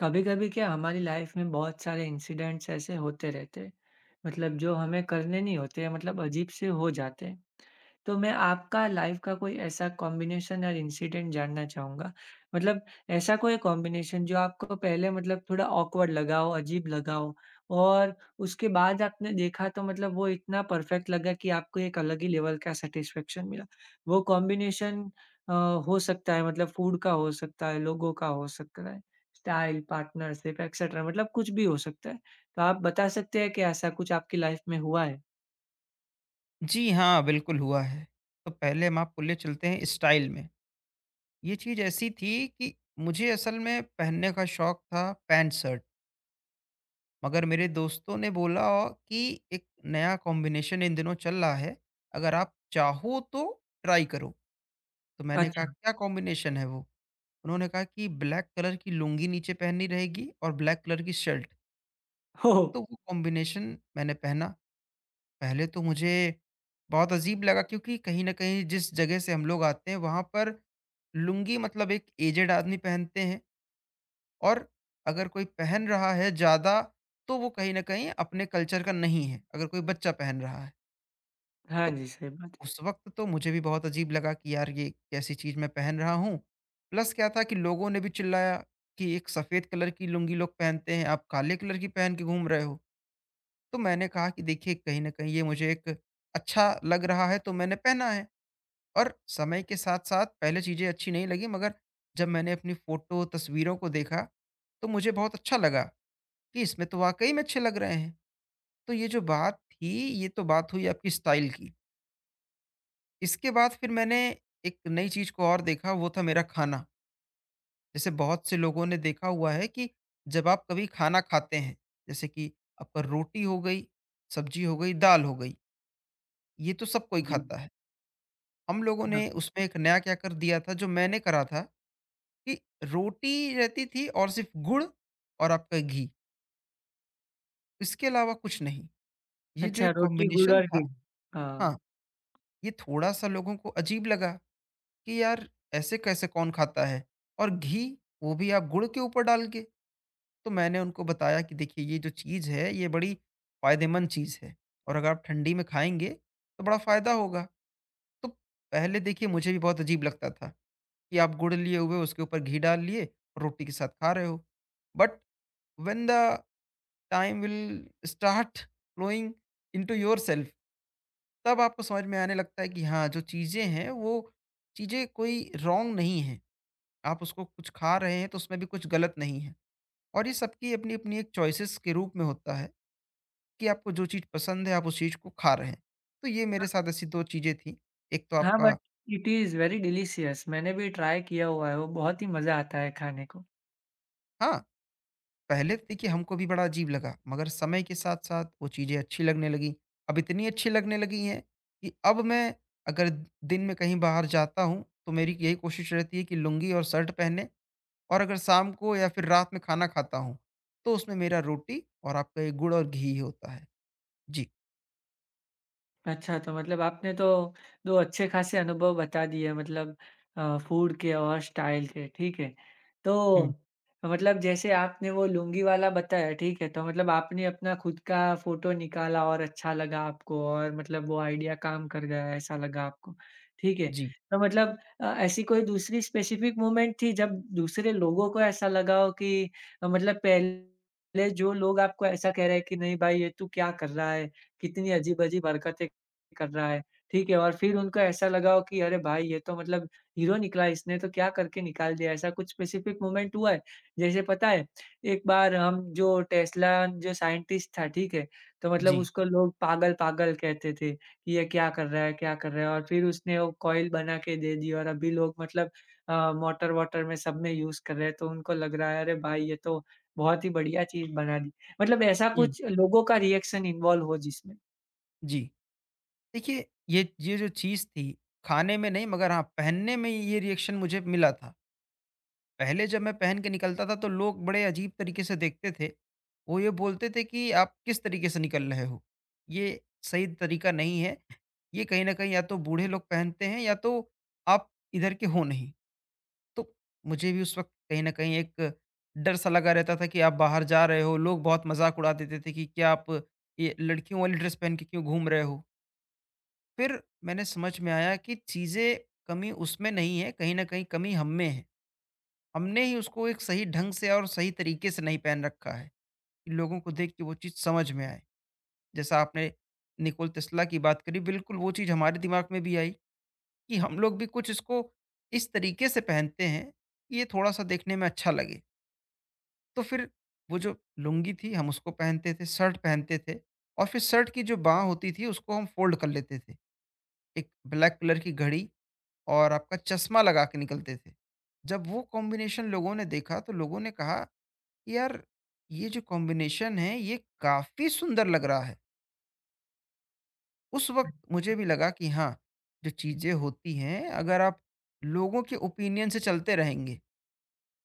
कभी-कभी क्या हमारी लाइफ में बहुत सारे इंसिडेंट्स ऐसे होते रहते हैं, मतलब जो हमें करने नहीं होते हैं, मतलब अजीब से हो जाते हैं। तो मैं आपका लाइफ का कोई ऐसा कॉम्बिनेशन और इंसिडेंट जानना चाहूँगा। मतलब ऐसा कोई कॉम्बिनेशन जो आपको पहले मतलब थोड़ा ऑकवर्ड लगा हो, अजीब लगा हो और उसके बाद आपने देखा तो मतलब वो इतना परफेक्ट लगा कि आपको एक अलग ही लेवल का सैटिस्फैक्शन मिला। वो कॉम्बिनेशन अ, हो सकता है मतलब फूड का हो सकता है, लोगों का हो सकता है। स्टाइल, पार्टनरशिप एक्सेट्रा मतलब कुछ भी हो सकता है। तो आप बता सकते हैं कि ऐसा कुछ आपकी लाइफ़ में हुआ है? जी हाँ, बिल्कुल हुआ है। तो पहले हम आप बोले चलते हैं स्टाइल में। ये चीज़ ऐसी थी कि मुझे असल में पहनने का शौक था पैंट-शर्ट, मगर मेरे दोस्तों ने बोला कि एक नया कॉम्बिनेशन इन दिनों चल रहा है, अगर आप चाहो तो ट्राई करो। तो मैंने कहा अच्छा। क्या कॉम्बिनेशन है वो? उन्होंने कहा कि ब्लैक कलर की लुंगी नीचे पहननी रहेगी और ब्लैक कलर की शर्ट। हो, तो वो कॉम्बिनेशन मैंने पहना। पहले तो मुझे बहुत अजीब लगा, क्योंकि कहीं न कहीं जिस जगह से हम लोग आते हैं वहाँ पर लुंगी मतलब एक एजेड आदमी पहनते हैं, और अगर कोई पहन रहा है ज़्यादा तो वो कहीं न कहीं अपने कल्चर का नहीं है, अगर कोई बच्चा पहन रहा है। हाँ तो जी, सही बात है। उस वक़्त तो मुझे भी बहुत अजीब लगा कि यार ये कैसी चीज़ मैं पहन रहा हूँ। प्लस क्या था कि लोगों ने भी चिल्लाया कि एक सफ़ेद कलर की लुंगी लोग पहनते हैं, आप काले कलर की पहन के घूम रहे हो। तो मैंने कहा कि देखिए, कहीं न कहीं ये मुझे एक अच्छा लग रहा है तो मैंने पहना है। और समय के साथ-साथ पहले चीज़ें अच्छी नहीं लगी, मगर जब मैंने अपनी फ़ोटो, तस्वीरों को देखा, तो मुझे बहुत अच्छा लगा कि इसमें तो वाक़ई में अच्छे लग रहे हैं। तो ये जो बात थी, ये तो बात हुई आपकी स्टाइल की। इसके बाद फिर मैंने एक नई चीज़ को और देखा, वो था मेरा खाना। जैसे बहुत से लोगों ने देखा हुआ है कि जब आप कभी खाना खाते हैं, जैसे कि आपका रोटी हो गई, सब्ज़ी हो गई, दाल हो गई। ये तो सब कोई जी, खाता है। हम लोगों हाँ। ने उसमें एक नया क्या कर दिया था जो मैंने करा था कि रोटी रहती थी और सिर्फ़ गुड़ और आपका घी, इसके अलावा कुछ नहीं। ये जो अच्छा, एक रोटी, गुड़ कॉम्बिनेशन और था, घी। हाँ, हाँ। ये थोड़ा-सा लोगों को अजीब लगा कि यार ऐसे कैसे कौन खाता है? और घी, वो भी आप गुड़ के ऊपर डाल के। तो मैंने उनको बताया कि देखिए, ये जो चीज़ है ये बड़ी फ़ायदेमंद चीज़ है, और अगर आप ठंडी में खाएँगे तो बड़ा फ़ायदा होगा। तो पहले देखिए, मुझे भी बहुत अजीब लगता था, कि आप गुड़ लिए हुए उसके ऊपर घी डाल लिए और रोटी के साथ खा रहे हो। But when the time will start flowing into yourself, तब आपको समझ में आने लगता है कि हाँ, जो चीज़ें हैं वो चीज़ें कोई रॉन्ग नहीं है। आप उसको कुछ खा रहे हैं तो उसमें भी कुछ गलत नहीं है। और ये सबकी अपनी-अपनी एक चॉइसेस के रूप में होता है, कि आपको जो चीज़ पसंद है आप उस चीज़ को खा रहे हैं। तो ये मेरे साथ ऐसी 2 चीज़ें थी। एक तो हाँ, आपका, but it is very delicious मैंने भी ट्राई किया हुआ है, वो बहुत ही मज़ा आता है खाने को। हाँ, पहले तो देखिए हमको भी बड़ा अजीब लगा, मगर समय के साथ-साथ वो चीज़ें अच्छी लगने लगीं। अब इतनी अच्छी लगने लगी हैं कि अब मैं अगर दिन में कहीं बाहर जाता हूँ, तो मेरी यही कोशिश रहती है कि लुंगी और शर्ट पहने, और अगर शाम को या फिर रात में खाना खाता हूँ, तो उसमें मेरा रोटी और आपका ये गुड़ और घी होता है। जी। अच्छा, तो मतलब आपने तो 2 अच्छे खासे अनुभव बता दिए मतलब फूड के और स्टाइल के, ठीक है। तो हुँ। मतलब जैसे आपने वो लुंगी वाला बताया, ठीक है, तो मतलब आपने अपना खुद का फ़ोटो निकाला और अच्छा लगा आपको और मतलब वो आइडिया काम कर गया, ऐसा लगा आपको, ठीक है। जी, तो मतलब ऐसी कोई दूसरी स्पेसिफ़िक मोमेंट थी जब दूसरे लोगों को ऐसा लगा हो कि मतलब पहले जो लोग आपको ऐसा कह रहे हैं कि नहीं भाई ये तू क्या कर रहा है, कितनी अजीब-अजीब हरकतें कर रहा है, ठीक है और फिर उनको ऐसा लगा हो कि अरे भाई ये तो मतलब हीरो निकला इसने तो क्या करके निकाल दिया, ऐसा कुछ स्पेसिफिक मोमेंट हुआ है। जैसे पता है, एक बार हम जो टेस्ला जो साइंटिस्ट था, ठीक है? तो मतलब जी, उसको लोग पागल-पागल कहते थे, कि ये क्या कर रहा है क्या कर रहा है और फिर उसने वो कॉइल बना के दे दी और अभी लोग मतलब मोटर-वोटर में सब में यूज़ कर रहे हैं, तो उनको लग रहा है अरे भाई ये तो बहुत ही बढ़िया चीज़ बना दी। मतलब ऐसा हुँ। कुछ लोगों का रिएक्शन इन्वॉल्व हो जिसमें। जी। देखिए, ये जो चीज़ थी, खाने में नहीं मगर हाँ, पहनने में ये रिएक्शन मुझे मिला था। पहले जब मैं पहन के निकलता था तो लोग बड़े अजीब तरीके से देखते थे। वो ये बोलते थे कि आप किस तरीके से निकल रहे हो? ये सही तरीका नहीं है। ये कहीं न कहीं या तो बूढ़े लोग पहनते हैं, या तो आप इधर के हो नहीं। तो मुझे भी उस वक़्त कहीं न कहीं एक डर सा लगा रहता था कि आप बाहर जा रहे हो, लोग बहुत मज़ाक उड़ा देते थे कि क्या आप ये लड़कियों वाली ड्रेस पहन के क्यों घूम रहे हो? फिर मैंने समझ में आया कि चीज़ें, कमी उसमें नहीं है, कहीं न कहीं कमी हम में है। हमने ही उसको एक सही ढंग से और सही तरीके से नहीं पहन रखा है कि लोगों को देख के वो चीज़ समझ में आए। जैसा आपने निकोल टेस्ला की बात करी, बिल्कुल वो चीज़ हमारे दिमाग में भी आई कि हम लोग भी कुछ इसको इस तरीके से पहनते हैं, कि ये थोड़ा-सा देखने में अच्छा लगे। तो फिर वो जो लुंगी थी, हम उसको पहनते थे, शर्ट पहनते थे, और फिर शर्ट की जो बाँह होती थी, उसको हम फ़ोल्ड कर लेते थे। एक ब्लैक कलर की घड़ी और आपका चश्मा लगा के निकलते थे। जब वो कॉम्बिनेशन लोगों ने देखा, तो लोगों ने कहा यार, ये जो कॉम्बिनेशन है ये काफ़ी सुंदर लग रहा है। उस वक़्त मुझे भी लगा कि हाँ, जो चीज़ें होती हैं अगर आप लोगों के ओपिनियन से चलते रहेंगे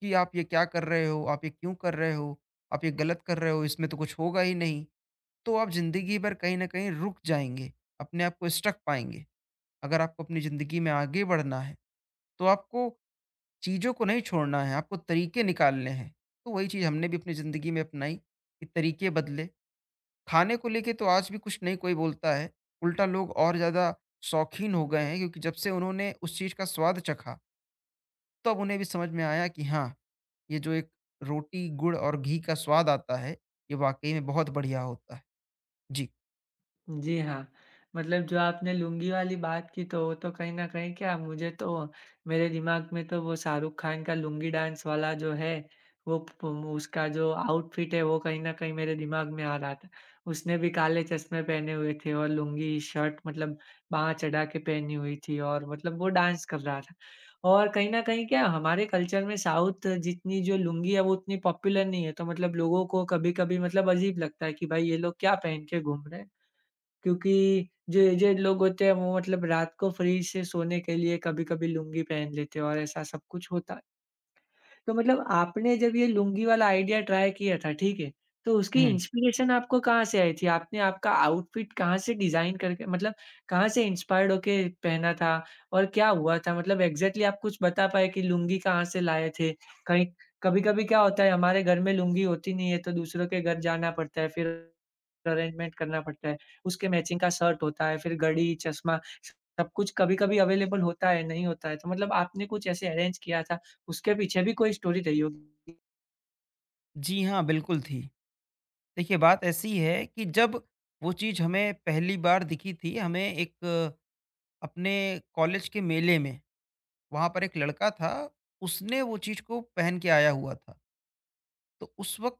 कि आप ये क्या कर रहे हो? आप ये क्यों कर रहे हो? आप ये गलत कर रहे हो, इसमें तो कुछ होगा ही नहीं। तो आप ज़िंदगी भर कहीं न कहीं रुक जाएँगे, अपने आप को स्टक पाएँगे। अगर आपको अपनी ज़िंदगी में आगे बढ़ना है, तो आपको चीज़ों को नहीं छोड़ना है, आपको तरीके निकालने हैं। तो वही चीज़ हमने भी अपनी ज़िंदगी में अपनाई कि तरीके बदले, खाने को लेके तो आज भी कुछ नहीं कोई बोलता है, उल्टा लोग और ज़्यादा शौकीन हो गए हैं, क्योंकि जब से उन्होंने उस चीज़ का स्वाद चखा, तब उन्हें भी समझ में आया कि हाँ, ये जो एक रोटी, गुड़ और घी का स्वाद आता है, ये वाक़ई में बहुत बढ़िया होता है। जी। जी हाँ, मतलब जो आपने लुंगी वाली बात की तो वो तो कहीं न कहीं क्या मुझे तो मेरे दिमाग में तो वो शाहरुख खान का लुंगी डांस वाला जो है, वो प उसका जो आउटफिट है वो कहीं न कहीं मेरे दिमाग में आ रहा था। उसने भी काले चश्मे पहने हुए थे और लुंगी शर्ट मतलब बाँह चढ़ा के पहनी हुई थी और मतलब वो डांस कर रहा था। और कहीं न कहीं क्या हमारे कल्चर में साउथ जितनी जो लुंगी है वो उतनी पॉपुलर नहीं है, तो मतलब लोगों को कभी-कभी मतलब अजीब लगता है कि भाई ये लोग क्या पहन के घूम रहे हैं। क्योंकि जो एजेड लोग होते हैं वो मतलब रात को फ्री से सोने के लिए कभी-कभी लुंगी पहन लेते हैं और ऐसा सब कुछ होता तो मतलब आपने जब ये लुंगी वाला आइडिया ट्राई किया था, ठीक है? तो उसकी हुँ। इंस्पिरेशन आपको कहाँ से आई थी? आपने आपका आउटफिट कहाँ से डिज़ाइन करके मतलब कहाँ से इंस्पायर्ड होके पहना था? और क्या हुआ था? मतलब एग्ज़ैक्टली आप कुछ बता पाएँ कि लुंगी कहाँ से लाए थे? कहीं कभी-कभी क्या होता है हमारे घर में लुंगी होती नहीं है तो दूसरों के घर जाना पड़ता है, फिर अरेंजमेंट करना पड़ता है। उसके मैचिंग का शर्ट होता है, फिर घड़ी, चश्मा सब कुछ कभी-कभी अवेलेबल होता है, नहीं होता है। तो मतलब आपने कुछ ऐसे अरेंज किया था? उसके पीछे भी कोई स्टोरी रही होगी। जी हाँ, बिल्कुल थी। देखिए बात ऐसी है कि जब वो चीज़ हमें पहली बार दिखी थी, हमें एक अपने कॉलेज के मेले में, वहाँ पर एक लड़का था, उसने वो चीज़ को पहन के आया हुआ था। तो उस वक़्त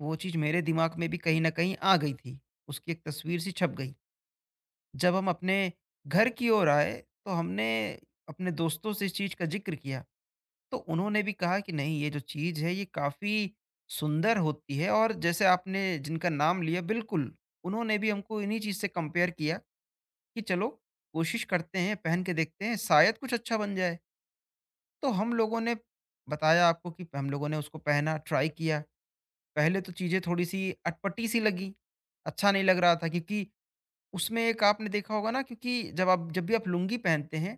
वो चीज़ मेरे दिमाग में भी कहीं न कहीं आ गई थी। उसकी एक तस्वीर सी छप गई। जब हम अपने घर की ओर आए, तो हमने अपने दोस्तों से इस चीज़ का ज़िक्र किया, तो उन्होंने भी कहा कि नहीं ये जो चीज़ है ये काफ़ी सुंदर होती है, और जैसे आपने जिनका नाम लिया बिल्कुल, उन्होंने भी हमको इन्हीं चीज़ से कंपेयर किया, कि चलो कोशिश करते हैं, पहन के देखते हैं, शायद कुछ अच्छा बन जाए। तो हम लोगों ने बताया आपको कि हम लोगों ने उसको पहना, ट्राई किया। पहले तो चीज़ें थोड़ी-सी अटपटी-सी लगी, अच्छा नहीं लग रहा था, क्योंकि उसमें एक आपने देखा होगा ना, क्योंकि जब भी आप लुंगी पहनते हैं,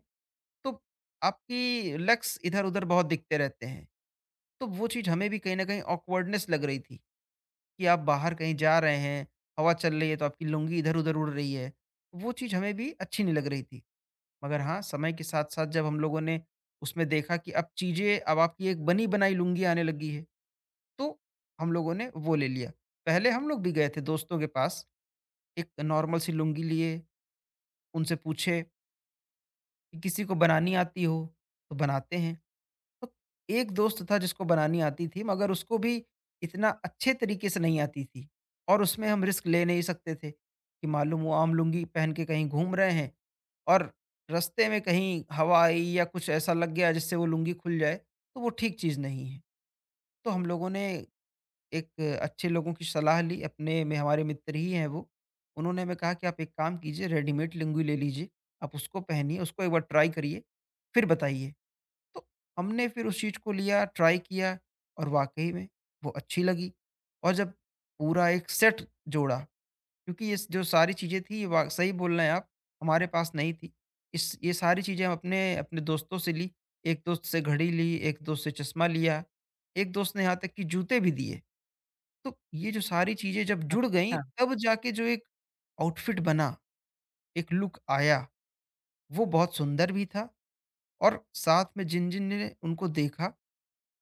तो आपकी लेग्स इधर-उधर बहुत दिखते रहते हैं। तो वो चीज़ हमें भी कहीं न कहीं ऑकवर्डनेस लग रही थी कि आप बाहर कहीं जा रहे हैं, हवा चल रही है तो आपकी लुंगी इधर-उधर उड़ रही है। वो चीज़ हमें भी अच्छी नहीं लग रही थी। मगर हाँ, समय के साथ-साथ जब हम लोगों ने उसमें देखा कि अब चीज़ें, अब आपकी एक बनी-बनाई लुंगी आने लगी है। तो हम लोगों ने वो ले लिया। पहले हम लोग भी गए थे दोस्तों के पास, एक नॉर्मल सी लुंगी लिए, उनसे पूछे कि किसी को बनानी आती हो? तो बनाते हैं। तो एक दोस्त था जिसको बनानी आती थी, मगर उसको भी इतना अच्छे तरीके से नहीं आती थी, और उसमें हम रिस्क ले नहीं सकते थे कि मालूम वो आम लुंगी पहन के कहीं घूम रहे हैं और रास्ते में कहीं हवा आई या कुछ ऐसा लग गया जिससे वो लुंगी खुल जाए, तो वो ठीक चीज़ नहीं है। तो हम लोगों ने एक अच्छे लोगों की सलाह ली, अपने में हमारे मित्र ही हैं वो। उन्होंने हमें कहा कि आप एक काम कीजिए, रेडीमेड लुंगी ले लीजिए, आप उसको पहनिए, उसको एक बार ट्राई करिए, फिर बताइए। तो हमने फिर उस चीज़ को लिया, ट्राई किया, और वाक़ई में वो अच्छी लगी। और जब पूरा एक सेट जोड़ा, क्योंकि ये जो सारी चीज़ें थी, ये वा सही बोल रहे हैं आप, हमारे पास नहीं थी। इस ये सारी चीज़ें हम अपने अपने दोस्तों से ली, एक दोस्त से घड़ी ली, एक दोस्त से चश्मा लिया, एक दोस्त ने यहाँ तक कि जूते भी दिए। तो ये जो सारी चीज़ें जब जुड़ गई, अच्छा। तब जाके जो एक आउटफिट बना, एक लुक आया, वो बहुत सुंदर भी था, और साथ में जिन-जिन ने उनको देखा,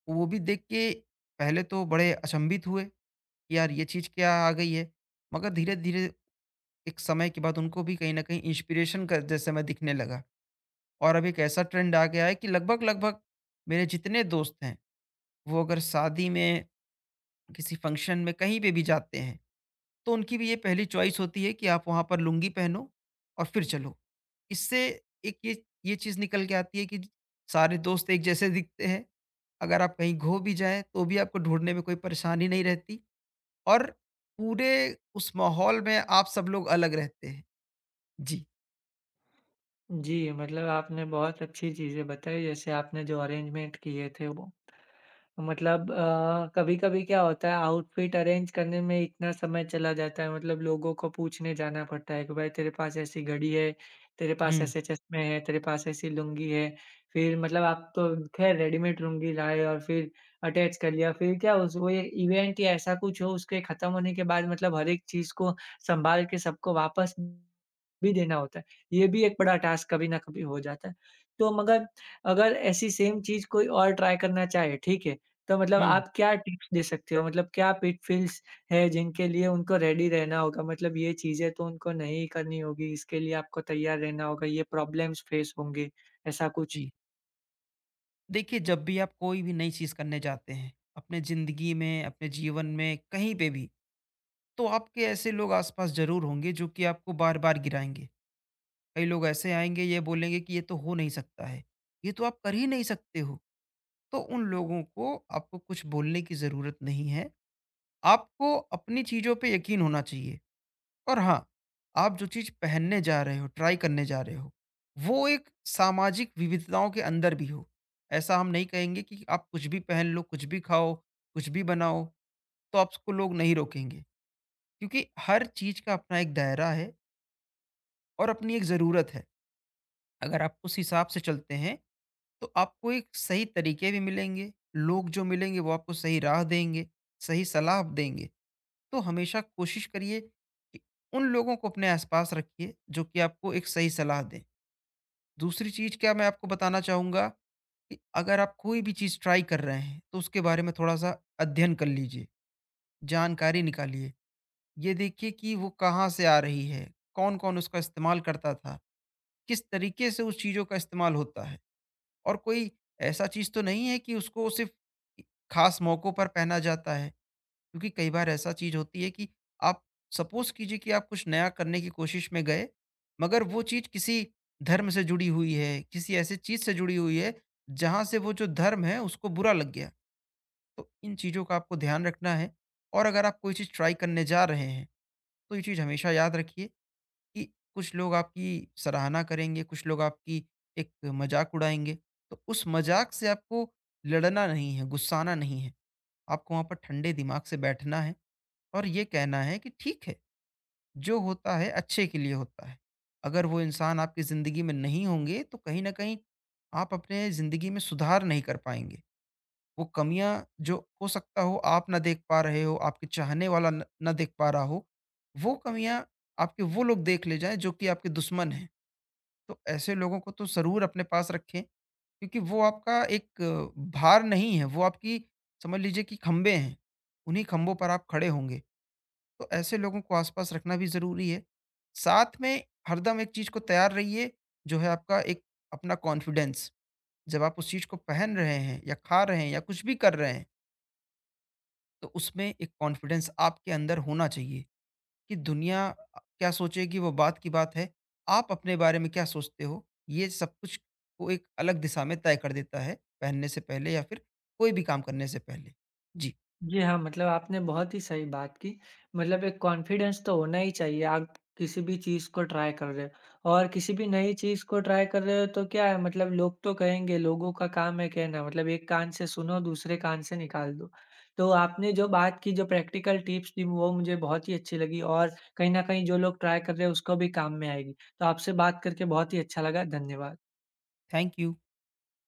वो भी देख के पहले तो बड़े अचंभित हुए कि यार ये चीज़ क्या आ गई है। मगर धीरे-धीरे एक समय के बाद उनको भी कहीं न कहीं इंस्पिरेशन का जैसे मैं दिखने लगा, और अब एक ऐसा ट्रेंड आ गया है कि लगभग-लगभग मेरे जितने दोस्त हैं, वो अगर शादी में, किसी फंक्शन में, कहीं पे भी जाते हैं, तो उनकी भी ये पहली चॉइस होती है कि आप वहाँ पर लुंगी पहनो और फिर चलो। इससे एक ये चीज़ निकल के आती है कि सारे दोस्त एक जैसे दिखते हैं। अगर आप कहीं खो भी जाएँ, तो भी आपको ढूँढने में कोई परेशानी नहीं रहती, और पूरे उस माहौल में आप सब लोग अलग रहते हैं। जी। जी, मतलब आपने बहुत अच्छी चीज़ें बताई जैसे आपने जो अरेंजमेंट किए थे वो। मतलब कभी-कभी क्या होता है आउटफिट अरेंज करने में इतना समय चला जाता है मतलब लोगों को पूछने जाना पड़ता है कि भाई तेरे पास ऐसी घड़ी है, तेरे पास हुँ, ऐसे चश्मे हैं, तेरे पास ऐसी लुंगी है। फिर मतलब आप तो ख़ैर रेडीमेड लुंगी लाए और फिर अटैच कर लिया। फिर क्या उस वो ये इवेंट या ऐसा कुछ हो उसके ख़त्म होने के बाद मतलब हर एक चीज़ को सँभाल के सबको वापस भी देना होता है। ये भी एक बड़ा टास्क कभी न कभी हो जाता है। तो मगर अगर ऐसी सेम चीज़ कोई और ट्राई करना चाहे, ठीक है। तो मतलब हुँ। आप क्या टिप्स दे सकते हो? मतलब क्या पिटफॉल्स है जिनके लिए उनको रेडी रहना होगा? मतलब ये चीज़ें तो उनको नहीं करनी होगी, इसके लिए आपको तैयार रहना होगा, ये प्रॉब्लम्स फेस होंगे, ऐसा कुछ? जी। देखिए जब भी आप कोई भी नई चीज़ करने जाते हैं, अपने ज़िंदगी में, अपने जीवन में, कहीं पे भी, तो आपके ऐसे लोग आस-पास ज़रूर होंगे जो कि आपको बार-बार गिराएँगे। कई लोग ऐसे आएँगे ये बोलेंगे कि ये तो हो नहीं सकता है, ये तो आप कर ही नहीं सकते हो। तो उन लोगों को आपको कुछ बोलने की ज़रूरत नहीं है, आपको अपनी चीज़ों पे यकीन होना चाहिए। और हाँ, आप जो चीज़ पहनने जा रहे हो, ट्राई करने जा रहे हो, वो एक सामाजिक विविधताओं के अंदर भी हो। ऐसा हम नहीं कहेंगे कि आप कुछ भी पहन लो, कुछ भी खाओ, कुछ भी बनाओ, तो आपको लोग नहीं रोकेंगे। क्योंकि हर चीज़ का अपना एक दायरा है और अपनी एक ज़रूरत है। अगर आप उस हिसाब से चलते हैं तो आपको एक सही तरीके भी मिलेंगे, लोग जो मिलेंगे वो आपको सही राह देंगे, सही सलाह देंगे। तो हमेशा कोशिश करिए कि उन लोगों को अपने आसपास रखिए जो कि आपको एक सही सलाह दें। दूसरी चीज़ क्या मैं आपको बताना चाहूँगा कि अगर आप कोई भी चीज़ ट्राई कर रहे हैं तो उसके बारे में थोड़ा-सा अध्ययन कर लीजिए, जानकारी निकालिए। ये देखिए कि वो कहाँ से आ रही है, कौन-कौन उसका इस्तेमाल करता था, किस तरीके से उस चीज़ों का इस्तेमाल होता है। और कोई ऐसा चीज़ तो नहीं है कि उसको सिर्फ खास मौकों पर पहना जाता है क्योंकि कई बार ऐसा चीज़ होती है कि आप सपोज़ कीजिए कि आप कुछ नया करने की कोशिश में गए, मगर वो चीज़ किसी धर्म से जुड़ी हुई है, किसी ऐसी चीज़ से जुड़ी हुई है, जहाँ से वो जो धर्म है उसको बुरा लग गया। तो इन चीज़ों का आपको ध्यान रखना है और अगर आप कोई चीज़ ट्राई करने जा रहे हैं, तो ये चीज़ हमेशा याद रखिए कि कुछ लोग आपकी सराहना करेंगे, कुछ लोग आपकी एक मज़ाक उड़ाएँगे। तो उस मज़ाक से आपको लड़ना नहीं है, गुस्साना नहीं है। आपको वहाँ पर ठंडे दिमाग से बैठना है और ये कहना है कि ठीक है, जो होता है अच्छे के लिए होता है। अगर वो इंसान आपकी ज़िंदगी में नहीं होंगे तो कहीं न कहीं आप अपने ज़िंदगी में सुधार नहीं कर पाएँगे। वो कमियाँ जो हो सकता हो आप ना देख पा रहे हो, आपके चाहने वाला न ना देख पा रहा हो, वो कमियाँ आपके वो लोग देख ले जाएँ जो कि आपके दुश्मन हैं। तो ऐसे लोगों को तो ज़रूर अपने पास रखें क्योंकि वो आपका एक भार नहीं है, वो आपकी समझ लीजिए कि खंभे हैं, उन्हीं खंभों पर आप खड़े होंगे। तो ऐसे लोगों को आस-पास रखना भी ज़रूरी है। साथ में हरदम एक चीज़ को तैयार रहिए जो है आपका एक अपना कॉन्फिडेंस। जब आप उस चीज़ को पहन रहे हैं या खा रहे हैं या कुछ भी कर रहे हैं, तो उसमें एक कॉन्फिडेंस आपके अंदर होना चाहिए। कि दुनिया क्या सोचेगी वो बात की बात है। आप अपने बारे में क्या सोचते हो? ये सब कुछ को एक अलग दिशा में तय कर देता है, पहनने से पहले या फिर कोई भी काम करने से पहले। जी, जी हाँ, मतलब आपने बहुत ही सही बात की। मतलब एक कॉन्फिडेंस तो होना ही चाहिए, आप किसी भी चीज़ को ट्राई कर रहे हो और किसी भी नई चीज़ को ट्राई कर रहे हो तो क्या है मतलब लोग तो कहेंगे, लोगों का काम है कहना मतलब एक कान से सुनो, दूसरे कान से निकाल दो। तो आपने जो बात की, जो प्रैक्टिकल टिप्स दी वो मुझे बहुत ही अच्छी लगी और कहीं न कहीं जो लोग ट्राई कर रहे हैं उसको भी काम में आएगी। तो आपसे बात करके बहुत ही अच्छा लगा, धन्यवाद। Thank you.